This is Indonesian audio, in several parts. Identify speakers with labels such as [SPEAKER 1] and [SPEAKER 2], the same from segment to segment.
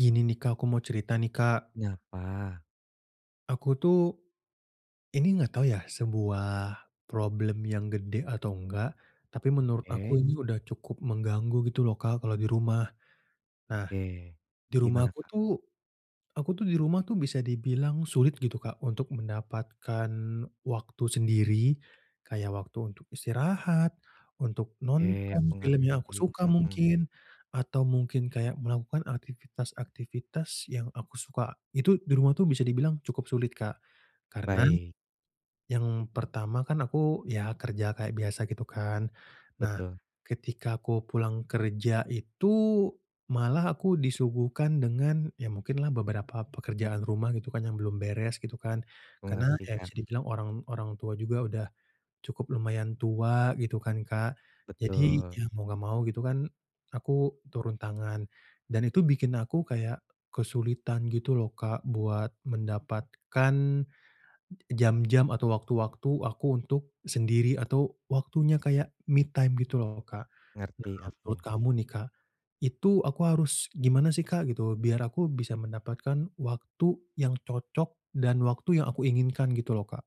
[SPEAKER 1] Gini nih Kak, aku mau cerita nih Kak.
[SPEAKER 2] Nyapa,
[SPEAKER 1] Aku tuh ini nggak tahu ya sebuah problem yang gede atau enggak, tapi menurut aku
[SPEAKER 2] oke
[SPEAKER 1] ini udah cukup mengganggu gitu loh Kak kalau di rumah. Nah,
[SPEAKER 2] oke.
[SPEAKER 1] di rumah
[SPEAKER 2] Gimana,
[SPEAKER 1] aku
[SPEAKER 2] Kak?
[SPEAKER 1] tuh aku tuh di rumah tuh bisa dibilang sulit gitu Kak untuk mendapatkan waktu sendiri, kayak waktu untuk istirahat, untuk
[SPEAKER 2] Oke,
[SPEAKER 1] nonton
[SPEAKER 2] aku
[SPEAKER 1] film
[SPEAKER 2] ngerti,
[SPEAKER 1] yang aku suka
[SPEAKER 2] mhm,
[SPEAKER 1] mungkin, atau mungkin kayak melakukan aktivitas-aktivitas yang aku suka. Itu di rumah tuh bisa dibilang cukup sulit Kak, karena
[SPEAKER 2] baik,
[SPEAKER 1] yang pertama kan aku ya kerja kayak biasa gitu kan. Nah,
[SPEAKER 2] betul,
[SPEAKER 1] ketika aku pulang kerja itu malah aku disuguhkan dengan ya mungkinlah beberapa pekerjaan rumah gitu kan yang belum beres gitu kan.
[SPEAKER 2] aku
[SPEAKER 1] Karena
[SPEAKER 2] ngerti,
[SPEAKER 1] ya
[SPEAKER 2] Kak,
[SPEAKER 1] bisa dibilang orang orang tua juga udah cukup lumayan tua gitu kan, Kak. Jadi
[SPEAKER 2] betul,
[SPEAKER 1] ya mau nggak mau gitu kan aku turun tangan dan itu bikin aku kayak kesulitan gitu loh, Kak, buat mendapatkan jam-jam atau waktu-waktu aku untuk sendiri atau waktunya kayak me time gitu loh, Kak.
[SPEAKER 2] ngerti
[SPEAKER 1] Nah,
[SPEAKER 2] aku.
[SPEAKER 1] menurut kamu nih, Kak, itu aku harus gimana sih, Kak, gitu, biar aku bisa mendapatkan waktu yang cocok dan waktu yang aku inginkan gitu loh, Kak?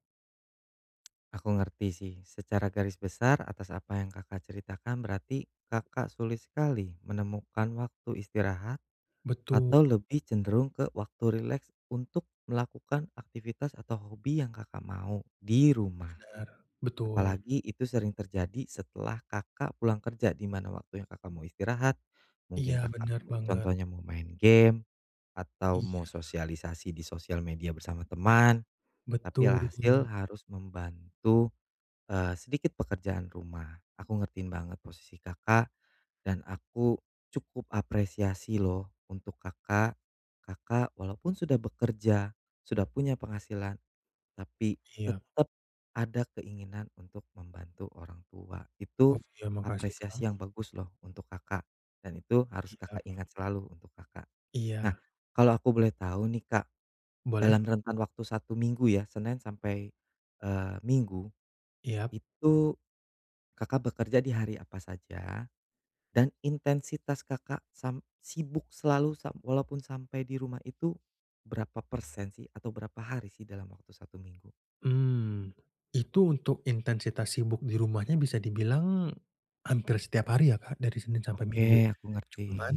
[SPEAKER 2] Aku ngerti sih, secara garis besar atas apa yang Kakak ceritakan berarti Kakak sulit sekali menemukan waktu istirahat
[SPEAKER 1] Betul,
[SPEAKER 2] atau lebih cenderung ke waktu rileks untuk melakukan aktivitas atau hobi yang Kakak mau di rumah.
[SPEAKER 1] benar, betul.
[SPEAKER 2] Apalagi itu sering terjadi setelah Kakak pulang kerja, di mana waktunya Kakak mau istirahat, mungkin
[SPEAKER 1] Iya,
[SPEAKER 2] Kakak
[SPEAKER 1] benar
[SPEAKER 2] mo
[SPEAKER 1] banget.
[SPEAKER 2] contohnya mau main game, atau mau
[SPEAKER 1] Iya,
[SPEAKER 2] sosialisasi di sosial media bersama teman, tapi
[SPEAKER 1] betul.
[SPEAKER 2] alhasil harus membantu, sedikit pekerjaan rumah. Aku ngertiin banget posisi Kakak, dan aku cukup apresiasi loh untuk Kakak. Kakak walaupun sudah bekerja, sudah punya penghasilan, tapi
[SPEAKER 1] Iya.
[SPEAKER 2] tetap ada keinginan untuk membantu orang tua.
[SPEAKER 1] Oh,
[SPEAKER 2] Itu
[SPEAKER 1] iya, makasih, Kak.
[SPEAKER 2] apresiasi yang bagus loh untuk Kakak, dan itu harus
[SPEAKER 1] Iya,
[SPEAKER 2] Kakak ingat selalu untuk Kakak. Nah,
[SPEAKER 1] iya.
[SPEAKER 2] kalau aku boleh tahu nih Kak,
[SPEAKER 1] Boleh?
[SPEAKER 2] dalam rentan waktu satu minggu ya, Senin sampai, Minggu,
[SPEAKER 1] Iya.
[SPEAKER 2] itu Kakak bekerja di hari apa saja? Dan intensitas Kakak sibuk selalu walaupun sampai di rumah itu berapa persen sih atau berapa hari sih dalam waktu satu minggu?
[SPEAKER 1] Hmm, itu untuk intensitas sibuk di rumahnya bisa dibilang hampir setiap hari ya, Kak, dari Senin sampai
[SPEAKER 2] Oke,
[SPEAKER 1] Minggu.
[SPEAKER 2] aku ngerti.
[SPEAKER 1] Cuman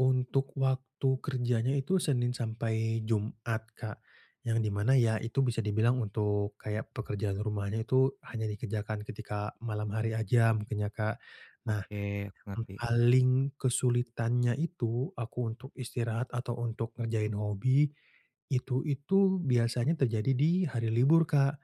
[SPEAKER 1] untuk waktu kerjanya itu Senin sampai Jumat, Kak, yang di mana ya itu bisa dibilang untuk kayak pekerjaan rumahnya itu hanya dikerjakan ketika malam hari aja mungkin ya, Kak. Nah,
[SPEAKER 2] Oke, aku
[SPEAKER 1] yang
[SPEAKER 2] ngerti.
[SPEAKER 1] paling kesulitannya itu, aku untuk istirahat atau untuk ngerjain hobi, itu biasanya terjadi di hari libur, Kak.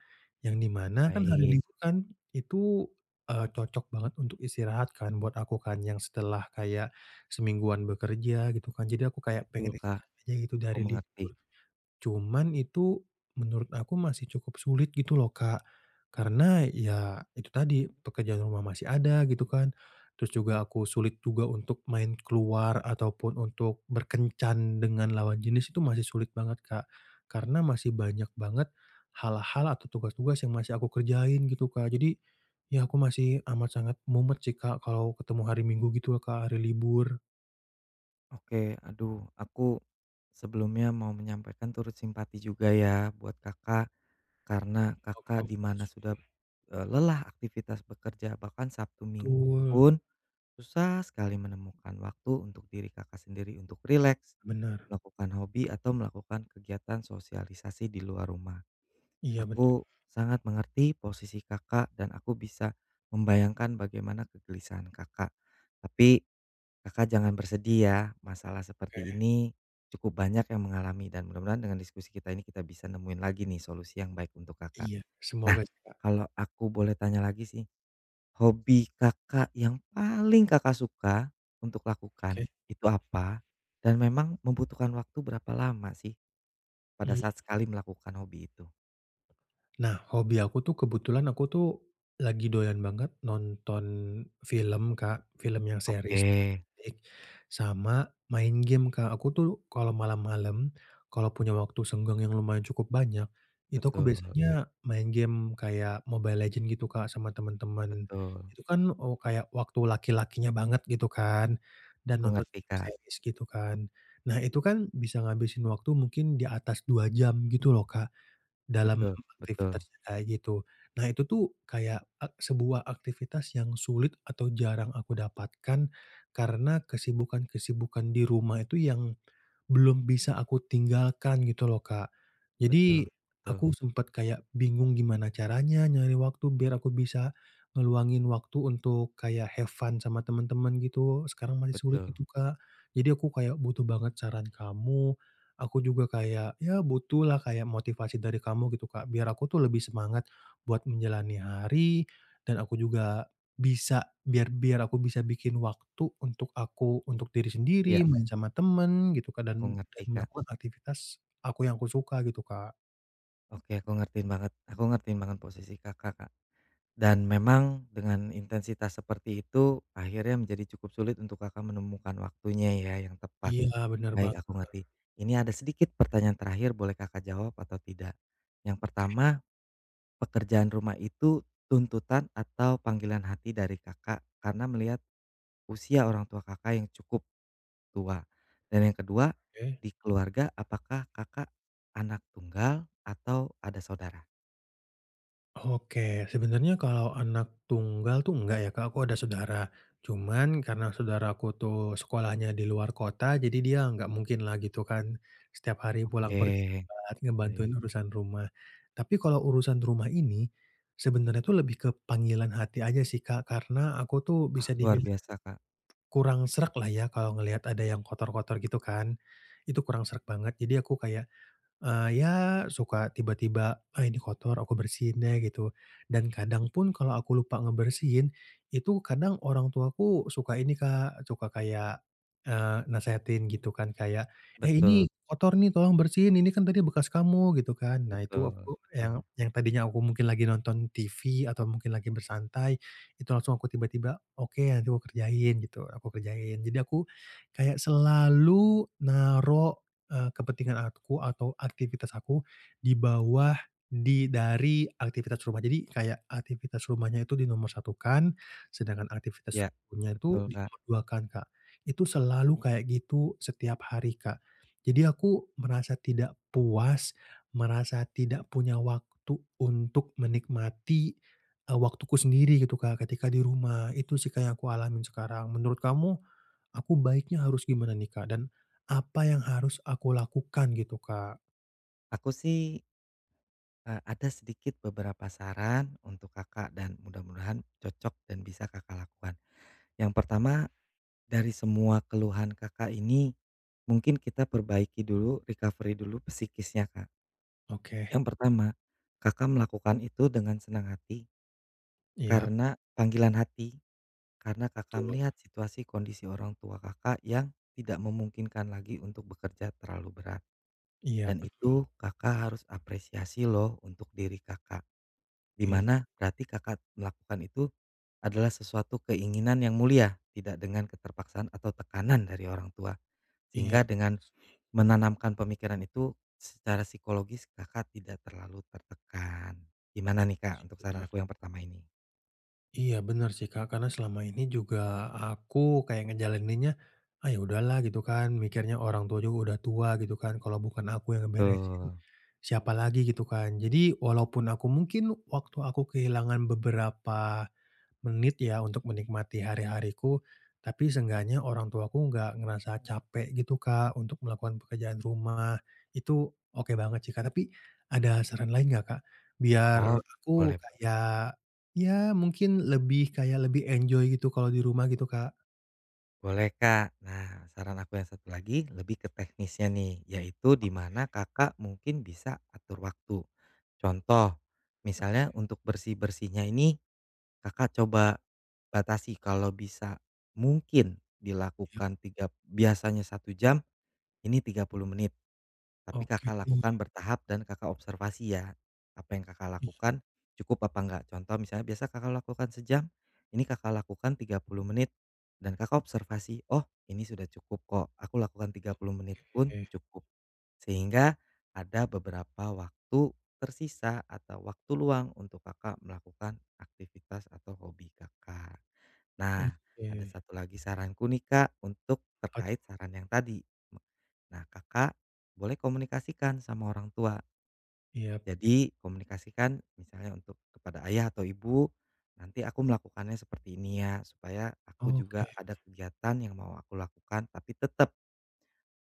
[SPEAKER 1] Yang di mana kan hari
[SPEAKER 2] Baik,
[SPEAKER 1] libur kan itu, cocok banget untuk istirahat kan buat aku kan, yang setelah kayak semingguan bekerja gitu kan. Jadi aku kayak
[SPEAKER 2] betul
[SPEAKER 1] pengen
[SPEAKER 2] Kak,
[SPEAKER 1] istirahat aja gitu
[SPEAKER 2] aku
[SPEAKER 1] dari
[SPEAKER 2] mengerti.
[SPEAKER 1] libur. Cuman itu menurut aku masih cukup sulit gitu loh, Kak. Karena ya itu tadi, pekerjaan rumah masih ada gitu kan. Terus juga aku sulit juga untuk main keluar ataupun untuk berkencan dengan lawan jenis itu masih sulit banget, Kak. Karena masih banyak banget hal-hal atau tugas-tugas yang masih aku kerjain gitu, Kak. Jadi ya aku masih amat sangat mumet sih, Kak, kalau ketemu hari Minggu gitu loh, Kak, hari libur.
[SPEAKER 2] Oke, aduh, aku sebelumnya mau menyampaikan turut simpati juga ya buat Kakak, karena
[SPEAKER 1] Oh,
[SPEAKER 2] Kakak
[SPEAKER 1] kamu.
[SPEAKER 2] di mana sudah eh, lelah aktivitas bekerja, bahkan Sabtu Minggu
[SPEAKER 1] Betul,
[SPEAKER 2] pun susah sekali menemukan waktu untuk diri Kakak sendiri untuk rileks,
[SPEAKER 1] benar.
[SPEAKER 2] melakukan hobi atau melakukan kegiatan sosialisasi di luar rumah.
[SPEAKER 1] Iya, benar.
[SPEAKER 2] Aku sangat mengerti posisi Kakak dan aku bisa membayangkan bagaimana kegelisahan Kakak. Tapi Kakak jangan bersedih ya, masalah seperti ini cukup banyak yang mengalami dan mudah-mudahan dengan diskusi kita ini kita bisa nemuin lagi nih solusi yang baik untuk Kakak.
[SPEAKER 1] Iya,
[SPEAKER 2] Nah,
[SPEAKER 1] semoga sih, Kak.
[SPEAKER 2] kalau aku boleh tanya lagi sih, hobi Kakak yang paling Kakak suka untuk lakukan
[SPEAKER 1] Oke.
[SPEAKER 2] itu apa? Dan memang membutuhkan waktu berapa lama sih pada saat sekali melakukan hobi itu?
[SPEAKER 1] Nah, hobi aku tuh kebetulan aku tuh lagi doyan banget nonton film, Kak, film yang
[SPEAKER 2] Oke,
[SPEAKER 1] series sama main game, Kak. Aku tuh kalau malam-malam, kalau punya waktu senggang yang lumayan cukup banyak, itu aku
[SPEAKER 2] betul.
[SPEAKER 1] biasanya main game kayak Mobile Legend gitu, Kak, sama teman-teman.
[SPEAKER 2] Betul,
[SPEAKER 1] Itu kan, oh, kayak waktu laki-lakinya banget gitu kan,
[SPEAKER 2] aku
[SPEAKER 1] dan nonton
[SPEAKER 2] ngerti,
[SPEAKER 1] film
[SPEAKER 2] Kak.
[SPEAKER 1] series gitu kan. Nah, itu kan bisa ngabisin waktu mungkin di atas 2 jam gitu loh, Kak. Dalam
[SPEAKER 2] Betul betul
[SPEAKER 1] aktivitasnya kayak gitu. Nah, itu tuh kayak sebuah aktivitas yang sulit atau jarang aku dapatkan karena kesibukan-kesibukan di rumah itu yang belum bisa aku tinggalkan gitu loh, Kak. Jadi
[SPEAKER 2] betul betul
[SPEAKER 1] aku sempat kayak bingung gimana caranya nyari waktu biar aku bisa ngeluangin waktu untuk kayak have fun sama teman-teman gitu, sekarang masih sulit
[SPEAKER 2] betul.
[SPEAKER 1] gitu, Kak. Jadi aku kayak butuh banget saran kamu. Aku juga kayak, ya butuh lah kayak motivasi dari kamu gitu, Kak, biar aku tuh lebih semangat buat menjalani hari dan aku juga bisa, biar biar aku bisa bikin waktu untuk aku, untuk diri
[SPEAKER 2] Iya,
[SPEAKER 1] sendiri, main sama temen gitu, Kak,
[SPEAKER 2] aku
[SPEAKER 1] dan
[SPEAKER 2] ngerti,
[SPEAKER 1] dan
[SPEAKER 2] Kak.
[SPEAKER 1] melakukan aktivitas aku yang aku suka gitu, Kak.
[SPEAKER 2] Oke, aku ngertiin banget posisi Kakak, Kak. Dan memang dengan intensitas seperti itu akhirnya menjadi cukup sulit untuk Kakak menemukan waktunya ya yang tepat.
[SPEAKER 1] Iya, bener
[SPEAKER 2] Baik,
[SPEAKER 1] banget,
[SPEAKER 2] aku ngerti. Ini ada sedikit pertanyaan terakhir boleh Kakak jawab atau tidak. Yang pertama, pekerjaan rumah itu tuntutan atau panggilan hati dari Kakak karena melihat usia orang tua Kakak yang cukup tua. Dan yang kedua,
[SPEAKER 1] eh.
[SPEAKER 2] di keluarga apakah Kakak anak tunggal atau ada saudara?
[SPEAKER 1] Oke, sebenarnya kalau anak tunggal tuh enggak ya, Kak, aku ada saudara. Cuman karena saudaraku tuh sekolahnya di luar kota, jadi dia nggak mungkin lah gitu kan setiap hari pulang pergi
[SPEAKER 2] Oke,
[SPEAKER 1] buat
[SPEAKER 2] baik.
[SPEAKER 1] ngebantuin urusan rumah. Tapi kalau urusan rumah ini, sebenarnya tuh lebih ke panggilan hati aja sih, Kak, karena aku tuh
[SPEAKER 2] Wah,
[SPEAKER 1] bisa
[SPEAKER 2] luar
[SPEAKER 1] dibilang
[SPEAKER 2] biasa, Kak.
[SPEAKER 1] kurang serak lah ya kalau ngelihat ada yang kotor-kotor gitu kan, itu kurang serak banget. Jadi aku kayak ya suka tiba-tiba, "Ah, ini kotor aku bersihin deh," gitu. Dan kadang pun kalau aku lupa ngebersihin, itu kadang orang tuaku suka ini Kak, suka kayak, nasehatin gitu kan kayak, "Eh,
[SPEAKER 2] Betul
[SPEAKER 1] ini kotor nih tolong bersihin, ini kan tadi bekas kamu," gitu kan. Nah itu
[SPEAKER 2] betul
[SPEAKER 1] aku
[SPEAKER 2] betul.
[SPEAKER 1] yang tadinya aku mungkin lagi nonton TV atau mungkin lagi bersantai, itu langsung aku tiba-tiba, "Oke nanti aku kerjain," gitu, aku kerjain. Jadi aku kayak selalu naro kepentingan aku atau aktivitas aku di bawah dari aktivitas rumah. Jadi kayak aktivitas rumahnya itu dinomor 1-kan, sedangkan aktivitas
[SPEAKER 2] Ya
[SPEAKER 1] sekunya itu
[SPEAKER 2] betul,
[SPEAKER 1] di
[SPEAKER 2] Kak.
[SPEAKER 1] nomor dua kan Kak. Itu selalu kayak gitu setiap hari, Kak. Jadi aku merasa tidak puas, merasa tidak punya waktu untuk menikmati, waktuku sendiri gitu, Kak, ketika di rumah. Itu sih, kayak yang aku alamin sekarang. Menurut kamu, aku baiknya harus gimana nih, Kak? Dan apa yang harus aku lakukan gitu, Kak?
[SPEAKER 2] Aku sih, ada sedikit beberapa saran untuk Kakak dan mudah-mudahan cocok dan bisa Kakak lakukan. Yang pertama, dari semua keluhan Kakak ini, mungkin kita perbaiki dulu, recovery dulu psikisnya, Kak.
[SPEAKER 1] Oke,
[SPEAKER 2] Yang pertama, Kakak melakukan itu dengan senang hati
[SPEAKER 1] iya
[SPEAKER 2] karena panggilan hati, karena Kakak
[SPEAKER 1] betul,
[SPEAKER 2] melihat situasi kondisi orang tua Kakak yang tidak memungkinkan lagi untuk bekerja terlalu berat
[SPEAKER 1] iya
[SPEAKER 2] dan
[SPEAKER 1] bet
[SPEAKER 2] itu Kakak harus apresiasi loh untuk diri Kakak, di
[SPEAKER 1] i
[SPEAKER 2] mana berarti Kakak melakukan itu adalah sesuatu keinginan yang mulia, tidak dengan keterpaksaan atau tekanan dari orang tua.
[SPEAKER 1] iya
[SPEAKER 2] Sehingga
[SPEAKER 1] bener
[SPEAKER 2] dengan menanamkan pemikiran itu secara psikologis Kakak tidak terlalu tertekan. Gimana nih, Kak,
[SPEAKER 1] sih,
[SPEAKER 2] untuk saran
[SPEAKER 1] bener.
[SPEAKER 2] aku yang pertama ini?
[SPEAKER 1] Iya benar sih Kak, karena selama ini juga aku kayak ngejalaninnya, "Ah, ya udahlah," gitu kan, mikirnya orang tua juga udah tua gitu kan, kalau bukan aku yang ngeberesin,
[SPEAKER 2] Betul.
[SPEAKER 1] siapa lagi gitu kan. Jadi walaupun aku mungkin waktu aku kehilangan beberapa menit ya untuk menikmati hari-hariku, tapi seenggaknya orang tuaku nggak ngerasa capek gitu Kak untuk melakukan pekerjaan rumah, itu oke banget sih Kak. Tapi ada saran lain nggak Kak? Biar
[SPEAKER 2] Oh,
[SPEAKER 1] aku
[SPEAKER 2] boleh boleh.
[SPEAKER 1] kayak, ya mungkin lebih kayak lebih enjoy gitu kalau di rumah gitu, Kak.
[SPEAKER 2] Boleh, Kak. Nah, saran aku yang satu lagi lebih ke teknisnya nih, yaitu di mana Kakak mungkin bisa atur waktu. Contoh,
[SPEAKER 1] Oh,
[SPEAKER 2] misalnya untuk bersih-bersihnya ini Kakak coba batasi kalau bisa mungkin
[SPEAKER 1] oke,
[SPEAKER 2] dilakukan biasanya satu jam, ini 30 menit. Tapi
[SPEAKER 1] oke.
[SPEAKER 2] Kakak lakukan
[SPEAKER 1] Iya,
[SPEAKER 2] bertahap dan Kakak observasi ya, apa yang Kakak lakukan cukup apa enggak. Contoh misalnya biasa Kakak lakukan sejam, ini Kakak lakukan 30 menit dan Kakak observasi, "Oh, ini sudah cukup kok, aku lakukan 30 menit pun
[SPEAKER 1] iya.
[SPEAKER 2] cukup." Sehingga ada beberapa waktu tersisa atau waktu luang untuk Kakak melakukan aktivitas atau hobi Kakak. Nah, ada
[SPEAKER 1] Oke.
[SPEAKER 2] satu lagi saranku nih Kak untuk
[SPEAKER 1] Apa tuh?
[SPEAKER 2] terkait saran yang tadi. Nah, Kakak boleh komunikasikan sama orang tua.
[SPEAKER 1] Iya.
[SPEAKER 2] Jadi komunikasikan misalnya untuk kepada ayah atau ibu, nanti aku melakukannya seperti ini ya, supaya aku juga
[SPEAKER 1] Oke,
[SPEAKER 2] ada kegiatan yang mau aku lakukan tapi tetap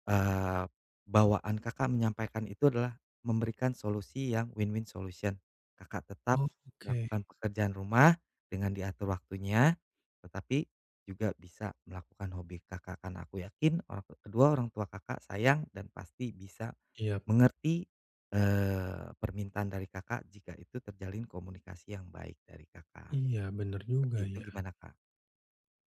[SPEAKER 2] Eee, bawaan Kakak menyampaikan itu adalah memberikan solusi yang win-win solution. Kakak tetap
[SPEAKER 1] oke.
[SPEAKER 2] melakukan pekerjaan rumah dengan diatur waktunya, tetapi juga bisa melakukan hobi Kakak, karena aku yakin kedua orang tua Kakak sayang dan pasti bisa
[SPEAKER 1] Iya,
[SPEAKER 2] mengerti, permintaan dari Kakak jika itu terjalin komunikasi yang baik dari Kakak.
[SPEAKER 1] iya bener
[SPEAKER 2] Seperti
[SPEAKER 1] juga
[SPEAKER 2] itu
[SPEAKER 1] ya.
[SPEAKER 2] gimana, Kak?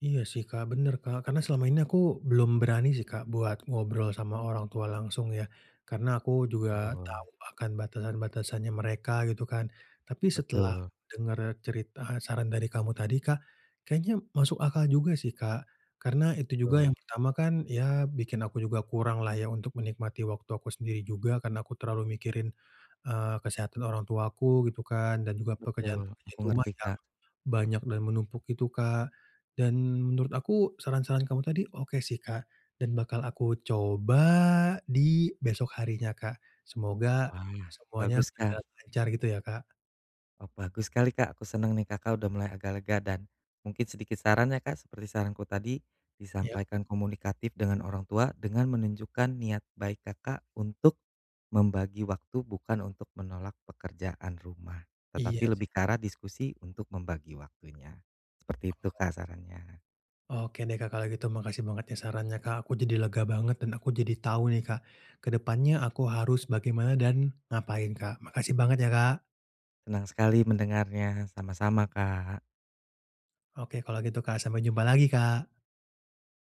[SPEAKER 1] Iya sih Kak, bener Kak, karena selama ini aku belum berani sih Kak buat ngobrol sama orang tua langsung ya, karena aku juga
[SPEAKER 2] Betul,
[SPEAKER 1] tahu akan batasan-batasannya mereka gitu kan. Tapi setelah
[SPEAKER 2] betul
[SPEAKER 1] dengar cerita saran dari kamu tadi Kak, kayaknya masuk akal juga sih Kak, karena itu juga
[SPEAKER 2] betul
[SPEAKER 1] yang pertama kan ya bikin aku juga kurang lah ya untuk menikmati waktu aku sendiri juga karena aku terlalu mikirin, kesehatan orang tuaku gitu kan dan juga
[SPEAKER 2] betul, aku
[SPEAKER 1] pekerjaan-pekerjaan rumah
[SPEAKER 2] ngerti, Kak.
[SPEAKER 1] ya. Banyak dan menumpuk itu, Kak. Dan menurut aku saran-saran kamu tadi oke sih, Kak, dan bakal aku coba di besok harinya, Kak. Semoga
[SPEAKER 2] Wah,
[SPEAKER 1] semuanya
[SPEAKER 2] bagus, Kak.
[SPEAKER 1] berjalan lancar gitu ya, Kak?
[SPEAKER 2] Oh, bagus sekali, Kak. Aku senang nih Kakak udah mulai agak lega dan mungkin sedikit sarannya, Kak, seperti saranku tadi,
[SPEAKER 1] Ya,
[SPEAKER 2] disampaikan komunikatif dengan orang tua dengan menunjukkan niat baik Kakak untuk membagi waktu bukan untuk menolak pekerjaan rumah,
[SPEAKER 1] iya
[SPEAKER 2] tetapi lebih
[SPEAKER 1] sih.
[SPEAKER 2] ke arah diskusi untuk membagi waktunya. Seperti itu, Kak, sarannya.
[SPEAKER 1] Oke deh, Kak, kalau gitu makasih banget ya sarannya, Kak. Aku jadi lega banget dan aku jadi tahu nih, Kak, ke depannya aku harus bagaimana dan ngapain, Kak. Makasih banget ya, Kak.
[SPEAKER 2] Senang sekali mendengarnya. Sama-sama, Kak.
[SPEAKER 1] Oke kalau gitu, Kak, sampai jumpa lagi, Kak.